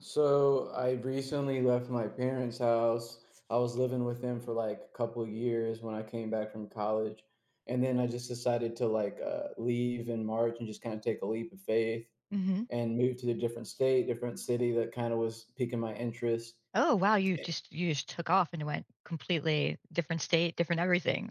So I recently left my parents' house. I was living with them for a couple years when I came back from college, and then I just decided to leave in March and just kind of take a leap of faith Hmm. and move to a different state, different city that kind of was piquing my interest. Oh wow, you just took off and went completely different state, different everything.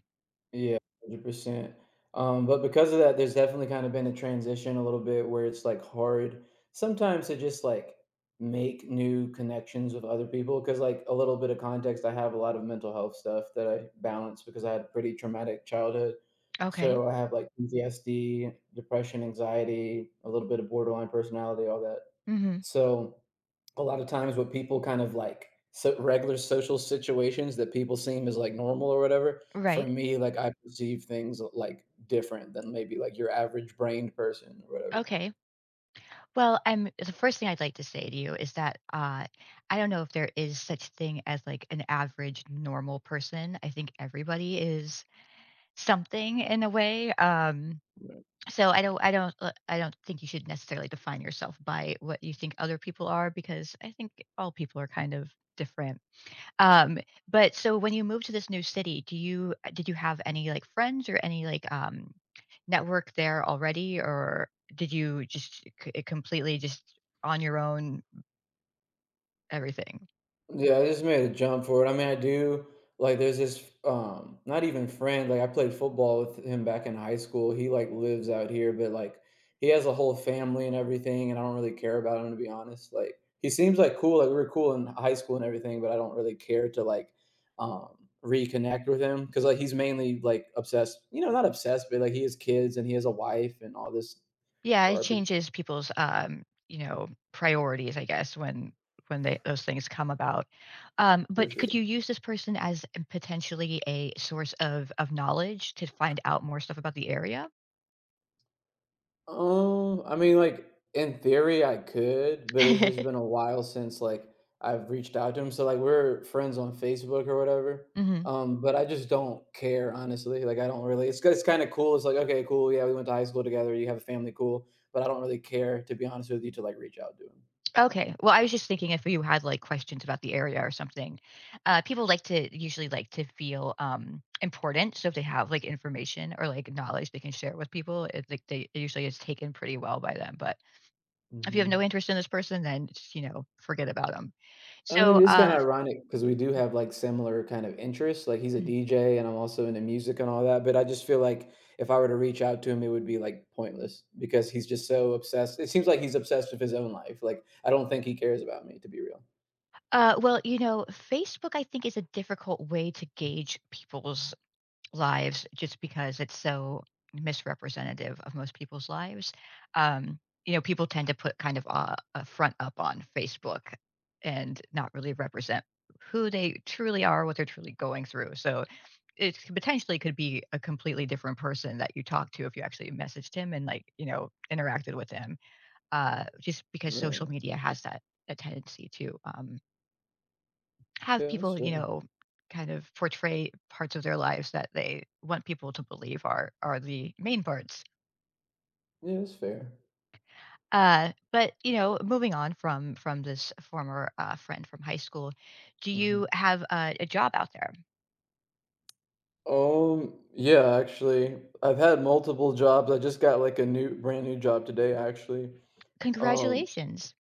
Yeah, 100%. But because of that, there's definitely kind of been a transition a little bit where it's like hard sometimes to just like make new connections with other people. Cause like a little bit of context, I have a lot of mental health stuff that I balance because I had a pretty traumatic childhood. Okay. So I have like PTSD, depression, anxiety, a little bit of borderline personality, all that. Hmm. So a lot of times what people kind of like, so regular social situations that people seem as like normal or whatever, for Right. me like I perceive things like different than maybe like your average brained person or whatever. Okay. Well, I'm the first thing I'd like to say to you is that I don't know if there is such thing as like an average normal person. I think everybody is something in a way. So I don't think you should necessarily define yourself by what you think other people are, because I think all people are kind of different. Um, but when you moved to this new city, do you did you have any, like, friends or any, like, network there already, or did you just c it completely just on your own, everything? Yeah, I just made a jump for it. I mean, I do like there's this not even friend, like I played football with him back in high school. He like lives out here, but like he has a whole family and everything, and I don't really care about him to be honest. Like he seems like cool, like we were cool in high school and everything, but I don't really care to um reconnect with him because like he's mainly like not obsessed, but like he has kids and he has a wife and all this Yeah, it garbage changes people's, you know, priorities, I guess, when they those things come about. For But sure. could you use this person as potentially a source of knowledge to find out more stuff about the area? I mean, like in theory, I could, but it's just been a while since I've reached out to him. So like we're friends on Facebook or whatever. Mhm. But I just don't care honestly. Like I don't really. It's kind of cool. It's like okay, cool. Yeah, we went to high school together. You have a family, cool. But I don't really care to be honest with you to like reach out to him. Okay. Well, I was just thinking if you had like questions about the area or something. People like to usually like to feel important. So if they have like information or like knowledge they can share with people, it's like they it usually is taken pretty well by them. But if you have no Hmm. interest in this person, then just, you know, forget about them. I So, mean, it's kinda ironic because we do have like similar kind of interests, like he's a mm. DJ and I'm also into music and all that, but I just feel like if I were to reach out to him, it would be like pointless because he's just so obsessed, it seems like he's obsessed with his own life. Like I don't think he cares about me, to be real. Well, you know, Facebook, I think, is a difficult way to gauge people's lives just because it's so misrepresentative of most people's lives. Um, you know, people tend to put kind of a front up on Facebook and not really represent who they truly are, what they're truly going through. So it potentially could be a completely different person that you talk to if you actually messaged him and, like, you know, interacted with him. Just because social Right. media has that a tendency to have Yeah, that's people, you fair. know, kind of portray parts of their lives that they want people to believe are the main parts. Yeah, that's fair. But you know, moving on from this former friend from high school, do you Mhm. have a job out there? Yeah, actually, I've had multiple jobs. I just got like a new brand new job today, actually. um Congratulations!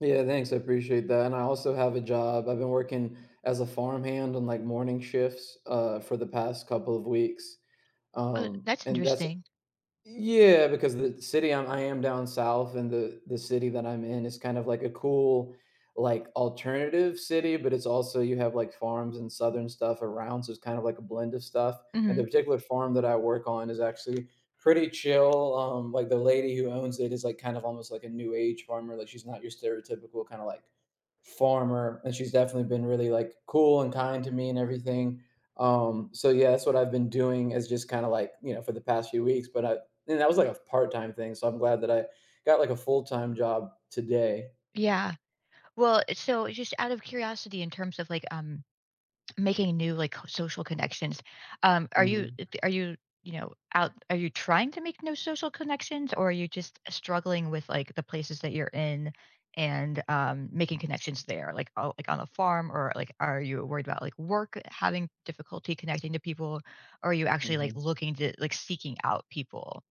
Yeah, thanks. I appreciate that. And I also have a job. I've been working as a farmhand on like morning shifts for the past couple of weeks. Oh, that's And that's interesting. yeah, because the city I am down south, and the city that I'm in is kind of like a cool, like alternative city, but it's also you have like farms and southern stuff around, so it's kind of like a blend of stuff. And Hmm. the particular farm that I work on is actually pretty chill. Like the lady who owns it is like kind of almost like a new age farmer. Like she's not your stereotypical kind of like farmer, and she's definitely been really like cool and kind to me and everything. So yeah, that's what I've been doing, is just kind of like, you know, for the past few weeks, but I, and that was like a part-time thing. So I'm glad that I got like a full-time job today. Yeah. Well, so just out of curiosity, in terms of like making new, like, social connections. Um, are you Hmm. are you, you know, out are you trying to make new social connections, or are you just struggling with, like, the places that you're in and, making connections there? Like, oh, like, on a farm, or, like, are you worried about, like, work having difficulty connecting to people? Or are you actually, like, looking to like, seeking out people?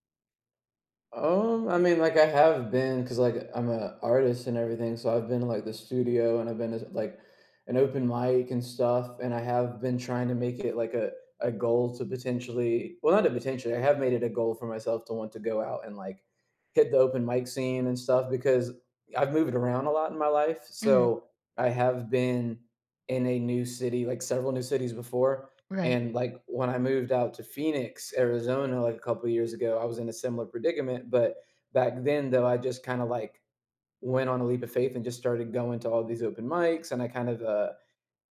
I mean, like I have been, cause like I'm a artist and everything, so I've been to like the studio and I've been to like an open mic and stuff, and I have been trying to make it like a goal to potentially, well, not a potentially, I have made it a goal for myself to want to go out and like hit the open mic scene and stuff because I've moved around a lot in my life, Mhm. so I have been in a new city, like several new cities before, Right. and like when I moved out to Phoenix, Arizona, like a couple of years ago, I was in a similar predicament. But back then, though, I just kind of like went on a leap of faith and just started going to all these open mics. And I kind of,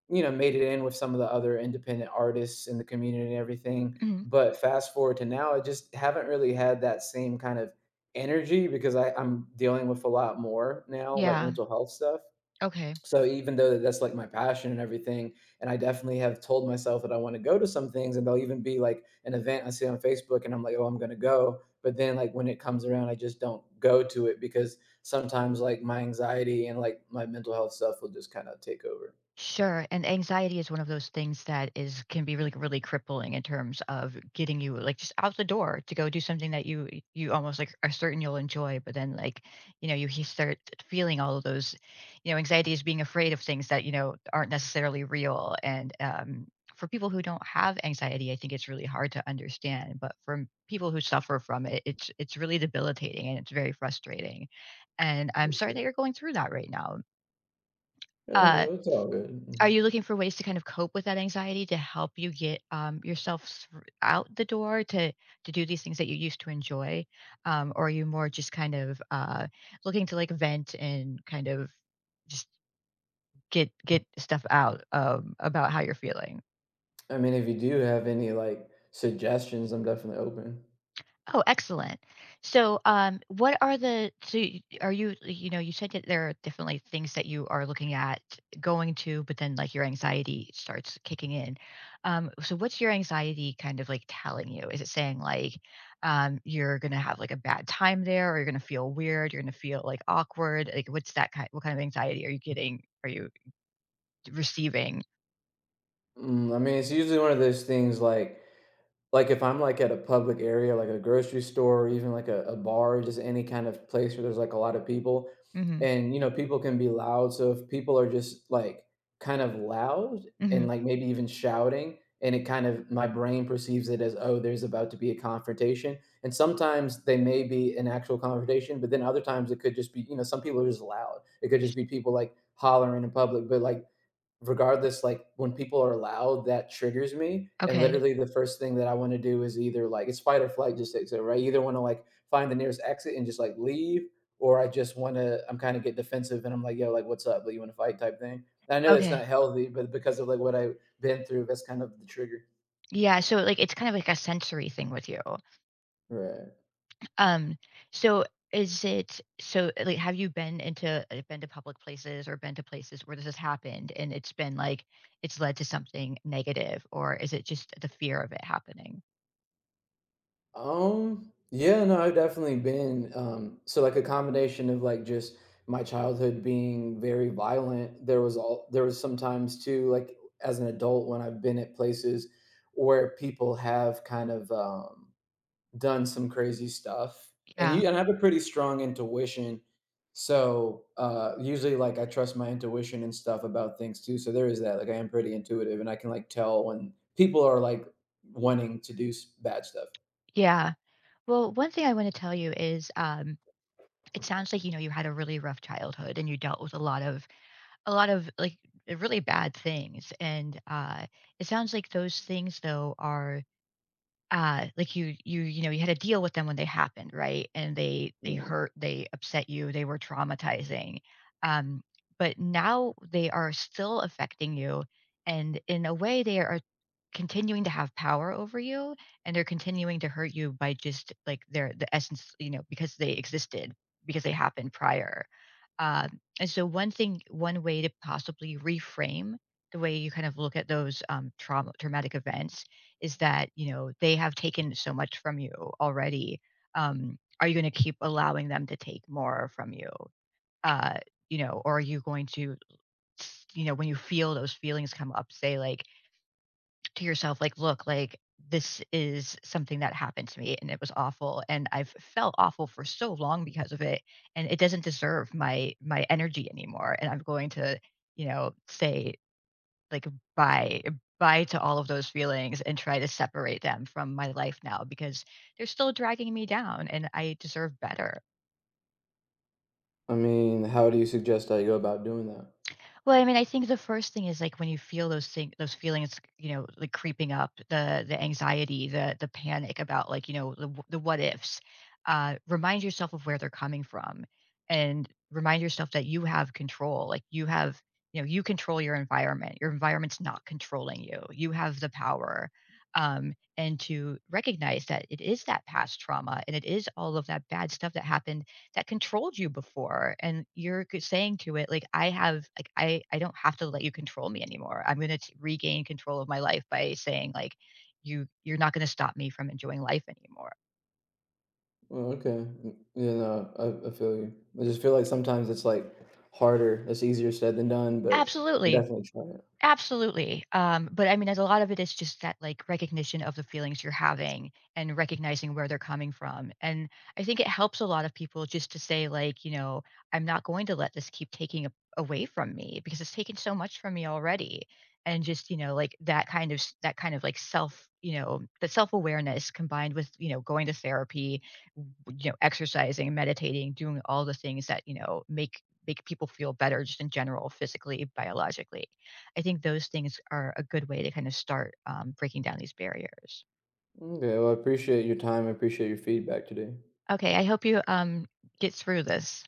you know, made it in with some of the other independent artists in the community and everything. Mhm. But fast forward to now, I just haven't really had that same kind of energy because I'm dealing with a lot more now, like Yeah. mental health stuff. Okay. So even though that's like my passion and everything, and I definitely have told myself that I want to go to some things, and there'll even be like an event I see on Facebook and I'm like, oh, I'm going to go, but then like when it comes around I just don't go to it because sometimes like my anxiety and like my mental health stuff will just kind of take over Sure, and anxiety is one of those things that is can be really, really crippling in terms of getting you like just out the door to go do something that you almost like are certain you'll enjoy, but then like you know you start feeling all of those, you know, anxiety is being afraid of things that you know aren't necessarily real. And for people who don't have anxiety, I think it's really hard to understand. But for people who suffer from it, it's really debilitating and it's very frustrating. And I'm for sorry that sure. you're going through that right now. Yeah, Uh, no, it's all good. are Mhm. you looking for ways to kind of cope with that anxiety to help you get, yourself thr out the door to do these things that you used to enjoy? Or are you more just kind of, looking to, like, vent and kind of just get stuff out, about how you're feeling? I mean, if you do have any like suggestions, I'm definitely open. Oh, excellent. So, what are are you you know you said that there are definitely things that you are looking at going to, but then like your anxiety starts kicking in. So, what's your anxiety kind of like telling you? Is it saying like you're gonna have like a bad time there, or you're gonna feel weird, you're gonna feel like awkward? Like, what's that kind? What kind of anxiety are you getting? Are you receiving? Mm, I mean, it's usually one of those things like if I'm like at a public area, like a grocery store or even like a bar, just any kind of place where there's like a lot of people, Mm-hmm. and, you know, people can be loud, so if people are just like kind of loud Mm-hmm. and like maybe even shouting, and it kind of my brain perceives it as, "Oh, there's about to be a confrontation," and sometimes they may be an actual confrontation, but then other times it could just be, you know, some people are just loud. It could just be people like hollering in public, but like regardless, like when people are loud, that triggers me, and Okay. literally the first thing that I wanna do is either like it's fight or flight just takes over. I either wanna like find the nearest exit and just like leave, or I just wanna I'm kinda get defensive and I'm like, "Yo, like, what's up? Like, you wanna fight?" type thing. And I know that's not Okay. healthy, but because of like what I've been through, that's kind of the trigger. Yeah. So, like, it's kind of like a sensory thing with you. Right. Um, so is it so like have you been into been to public places or been to places where this has happened and it's been like it's led to something negative, or is it just the fear of it happening? Yeah, no, I've definitely been, so like a combination of like just my childhood being very violent. There was sometimes too, like as an adult when I've been at places where people have kind of, done some crazy stuff, and Yeah. you and I have a pretty strong intuition. So, usually like I trust my intuition and stuff about things too. So there is that. Like I am pretty intuitive, and I can like tell when people are like wanting to bad stuff. Yeah. Well, one thing I want to tell you is it sounds like you know you had a really rough childhood and you dealt with a lot of like really bad things and it sounds like those things though are like you know, you had to deal with them when they happened, right? And they Yeah. hurt, they upset you, they were traumatizing. Um, but now they are still affecting you, and in a way, they are continuing to have power over you, and they're continuing to hurt you by just like their the essence, you know, because they existed, because they happened prior. Um, and so one thing one way to possibly reframe the way you kind of look at those trauma traumatic events is that, you know, they have taken so much from you already. Um, are you going to keep allowing them to take more from you? Uh, you know, or are you going to you know, when you feel those feelings come up, say like to yourself, like, "Look, like, this is something that happened to me, and it was awful, and I've felt awful for so long because of it, and it doesn't deserve my my energy anymore, and I'm going to, you know, say, like, bye bye to all of those feelings and try to separate them from my life now, because they're still dragging me down, and I deserve better." I mean, how do you suggest I go about doing that? Well, I mean, I think the first thing is like, when you feel those things, those feelings, you know, like creeping up, the anxiety, the panic about like you know the the what ifs. Remind yourself of where they're coming from, and remind yourself that you have control. Like you have, you know, you control your environment. Your environment's not controlling you. You have the power. And to recognize that it is that past trauma and it is all of that bad stuff that happened that controlled you before, and you're saying to it like, I have, like, I don't have to let you control me anymore. I'm going to regain control of my life by saying like, you you're not going to stop me from enjoying life anymore. Oh, okay. Mm, yeah, no, I feel you. I just feel like sometimes it's like harder. It's easier said than done, but Absolutely. definitely try it. Absolutely, but I mean, as a lot of it is just that, like, recognition of the feelings you're having and recognizing where they're coming from, and I think it helps a lot of people just to say, like, you know, "I'm not going to let this keep taking a away from me because it's taken so much from me already," and just, you know, like, that kind of s that kind of, like, self you know, that self-awareness combined with, you know, going to therapy, you know, exercising, meditating, doing all the things that, you know, make people feel better just in general, physically, biologically. I think those things are a good way to kind of start breaking down these barriers. Okay, well, I appreciate your time. I appreciate your feedback today. Okay, I hope you get through this.